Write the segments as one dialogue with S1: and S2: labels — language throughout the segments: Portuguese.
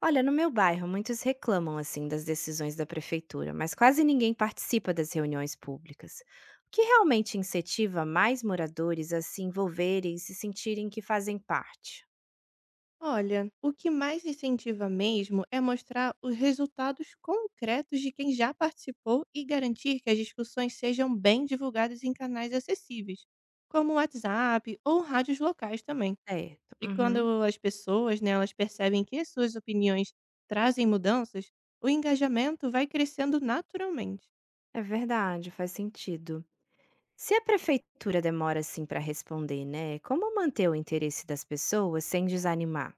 S1: Olha, no meu bairro, muitos reclamam assim das decisões da prefeitura, mas quase ninguém participa das reuniões públicas. O que realmente incentiva mais moradores a se envolverem e se sentirem que fazem parte?
S2: Olha, o que mais incentiva mesmo é mostrar os resultados concretos de quem já participou e garantir que as discussões sejam bem divulgadas em canais acessíveis, como o WhatsApp ou rádios locais também.
S1: Certo.
S2: E
S1: Uhum.
S2: quando as pessoas né, elas percebem que as suas opiniões trazem mudanças, o engajamento vai crescendo naturalmente.
S1: É verdade, faz sentido. Se a prefeitura demora assim para responder, né? Como manter o interesse das pessoas sem desanimar?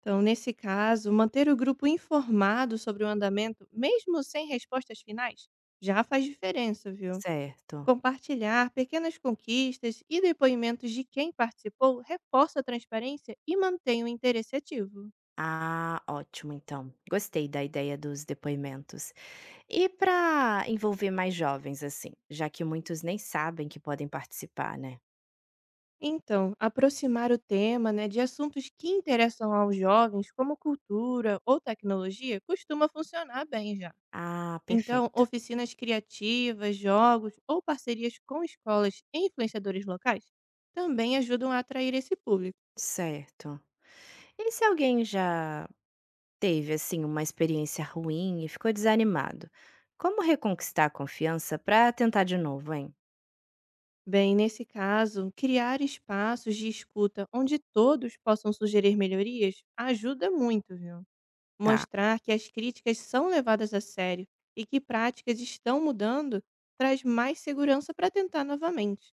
S2: Então, nesse caso, manter o grupo informado sobre o andamento, mesmo sem respostas finais, já faz diferença, viu?
S1: Certo.
S2: Compartilhar pequenas conquistas e depoimentos de quem participou reforça a transparência e mantém o interesse ativo.
S1: Ah, ótimo, então. Gostei da ideia dos depoimentos. E para envolver mais jovens, assim, já que muitos nem sabem que podem participar, né?
S2: Então, aproximar o tema né, de assuntos que interessam aos jovens, como cultura ou tecnologia, costuma funcionar bem já.
S1: Ah,
S2: Então,
S1: perfeito.
S2: oficinas criativas, jogos ou parcerias com escolas e influenciadores locais também ajudam a atrair esse público.
S1: Certo. E se alguém já teve, assim, uma experiência ruim e ficou desanimado? Como reconquistar a confiança para tentar de novo, hein?
S2: Bem, nesse caso, criar espaços de escuta onde todos possam sugerir melhorias ajuda muito, viu?
S1: Tá.
S2: Mostrar que as críticas são levadas a sério e que práticas estão mudando traz mais segurança para tentar novamente.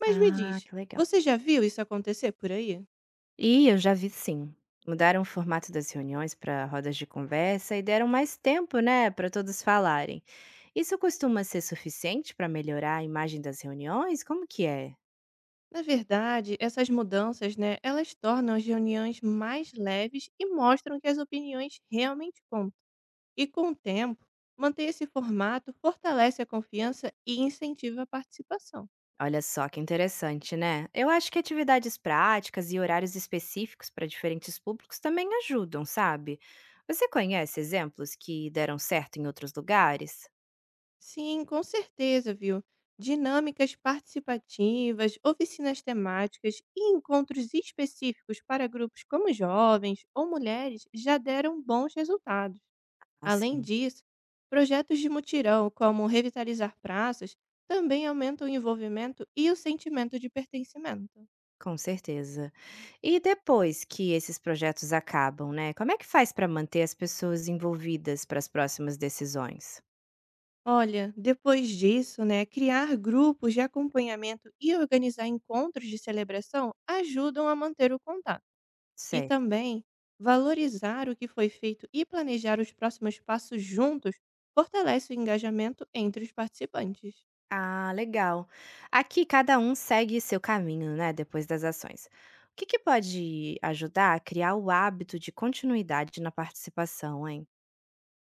S2: Mas me
S1: Ah,
S2: diz,
S1: que legal.
S2: você já viu isso acontecer por aí?
S1: E eu já vi sim. Mudaram o formato das reuniões para rodas de conversa e deram mais tempo, né, para todos falarem. Isso costuma ser suficiente para melhorar a imagem das reuniões? Como que é?
S2: Na verdade, essas mudanças, né, elas tornam as reuniões mais leves e mostram que as opiniões realmente contam. E com o tempo, manter esse formato fortalece a confiança e incentiva a participação.
S1: Olha só que interessante, né? Eu acho que atividades práticas e horários específicos para diferentes públicos também ajudam, sabe? Você conhece exemplos que deram certo em outros lugares?
S2: Sim, com certeza, viu? Dinâmicas participativas, oficinas temáticas e encontros específicos para grupos como jovens ou mulheres já deram bons resultados. Além
S1: Assim,
S2: disso, projetos de mutirão, como revitalizar praças, também aumentam o envolvimento e o sentimento de pertencimento.
S1: com certeza. E depois que esses projetos acabam, né? Como é que faz para manter as pessoas envolvidas para as próximas decisões?
S2: Olha, depois disso, né, criar grupos de acompanhamento e organizar encontros de celebração ajudam a manter o contato. E
S1: Certo.
S2: também valorizar o que foi feito e planejar os próximos passos juntos fortalece o engajamento entre os participantes.
S1: Ah, legal. Aqui cada um segue seu caminho, né, depois das ações. O que que pode ajudar a criar o hábito de continuidade na participação, hein?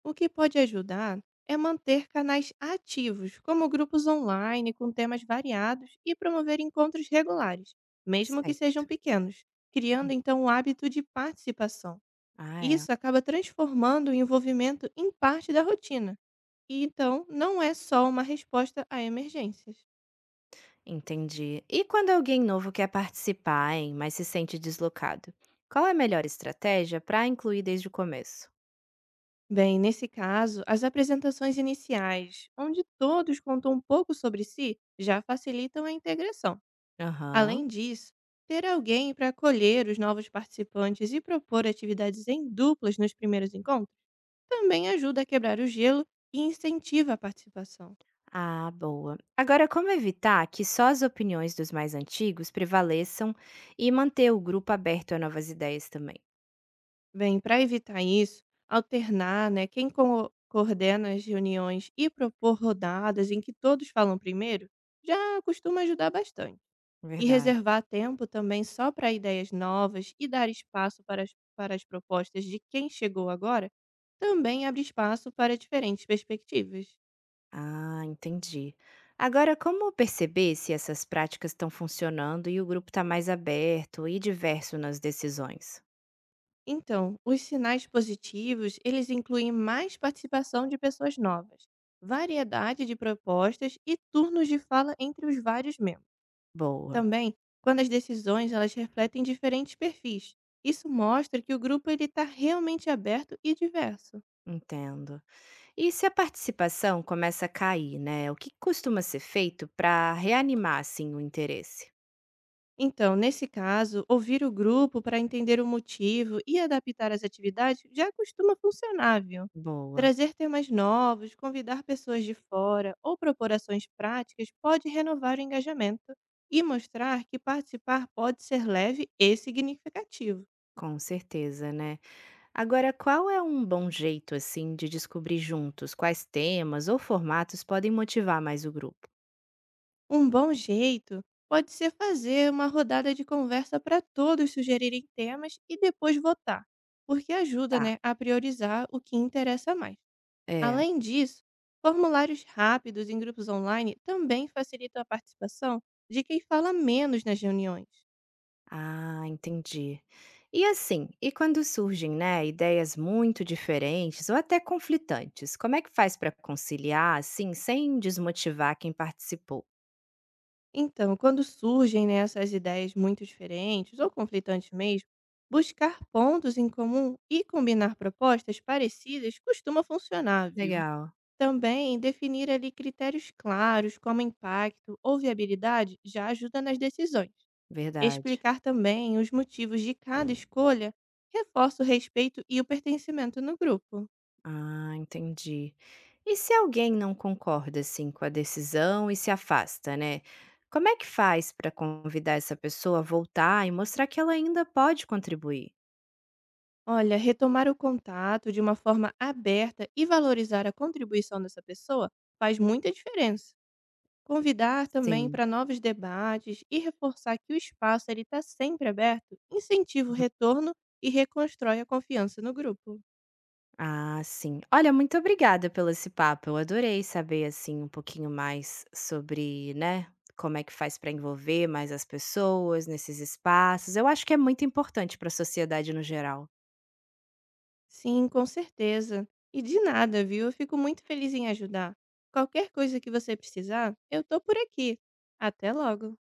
S2: O que pode ajudar é manter canais ativos, como grupos online com temas variados e promover encontros regulares, mesmo que
S1: Sei.
S2: sejam pequenos, criando
S1: Hum.
S2: então o hábito de participação.
S1: Ah, é.
S2: Isso acaba transformando o envolvimento em parte da rotina, e então não é só uma resposta a emergências.
S1: Entendi. E quando alguém novo quer participar, hein, mas se sente deslocado? Qual é a melhor estratégia para incluir desde o começo?
S2: Bem, nesse caso, as apresentações iniciais, onde todos contam um pouco sobre si, já facilitam a integração. Além
S1: Aham.
S2: disso, ter alguém para acolher os novos participantes e propor atividades em duplas nos primeiros encontros também ajuda a quebrar o gelo e incentiva a participação.
S1: Ah, boa. Agora, como evitar que só as opiniões dos mais antigos prevaleçam e manter o grupo aberto a novas ideias também?
S2: Bem, para evitar isso, alternar, né, quem coordena as reuniões e propor rodadas em que todos falam primeiro, já costuma ajudar bastante. E
S1: Verdade.
S2: reservar tempo também só para ideias novas e dar espaço para as propostas de quem chegou agora, também abre espaço para diferentes perspectivas.
S1: Ah, entendi. Agora, como perceber se essas práticas estão funcionando e o grupo está mais aberto e diverso nas decisões?
S2: Então, os sinais positivos, eles incluem mais participação de pessoas novas, variedade de propostas e turnos de fala entre os vários membros.
S1: Boa,
S2: Também, quando as decisões elas refletem diferentes perfis, isso mostra que o grupo ele está realmente aberto e diverso.
S1: entendo. E se a participação começa a cair, né? O que costuma ser feito para reanimar assim o interesse?
S2: Então, nesse caso, ouvir o grupo para entender o motivo e adaptar as atividades já costuma funcionar, viu?
S1: Boa,
S2: Trazer temas novos, convidar pessoas de fora ou propor ações práticas pode renovar o engajamento e mostrar que participar pode ser leve e significativo.
S1: com certeza, né? Agora, qual é um bom jeito assim de descobrir juntos quais temas ou formatos podem motivar mais o grupo?
S2: Um bom jeito pode ser fazer uma rodada de conversa para todos sugerirem temas e depois votar, porque ajuda
S1: Tá.
S2: né, a priorizar o que interessa mais.
S1: É.
S2: Além disso, formulários rápidos em grupos online também facilitam a participação de quem fala menos nas reuniões.
S1: Ah, entendi. E assim, e quando surgem, né, ideias muito diferentes ou até conflitantes, como é que faz para conciliar, assim, sem desmotivar quem participou?
S2: Então, quando surgem né, essas ideias muito diferentes ou conflitantes mesmo, buscar pontos em comum e combinar propostas parecidas costuma funcionar, viu?
S1: Legal,
S2: Também definir ali critérios claros como impacto ou viabilidade já ajuda nas decisões.
S1: verdade.
S2: Explicar também os motivos de cada escolha reforça o respeito e o pertencimento no grupo.
S1: Ah, entendi. E se alguém não concorda, assim, com a decisão e se afasta, né? Como é que faz para convidar essa pessoa a voltar e mostrar que ela ainda pode contribuir?
S2: Olha, retomar o contato de uma forma aberta e valorizar a contribuição dessa pessoa faz muita diferença. Convidar também
S1: Sim.
S2: para novos debates e reforçar que o espaço está sempre aberto incentiva o retorno e reconstrói a confiança no grupo.
S1: Ah, sim. Olha, muito obrigada pelo esse papo. Eu adorei saber assim um pouquinho mais sobre, né, como é que faz para envolver mais as pessoas nesses espaços. Eu acho que é muito importante para a sociedade no geral.
S2: Sim, com certeza. E de nada, viu? Eu fico muito feliz em ajudar. Qualquer coisa que você precisar, eu tô por aqui. Até logo!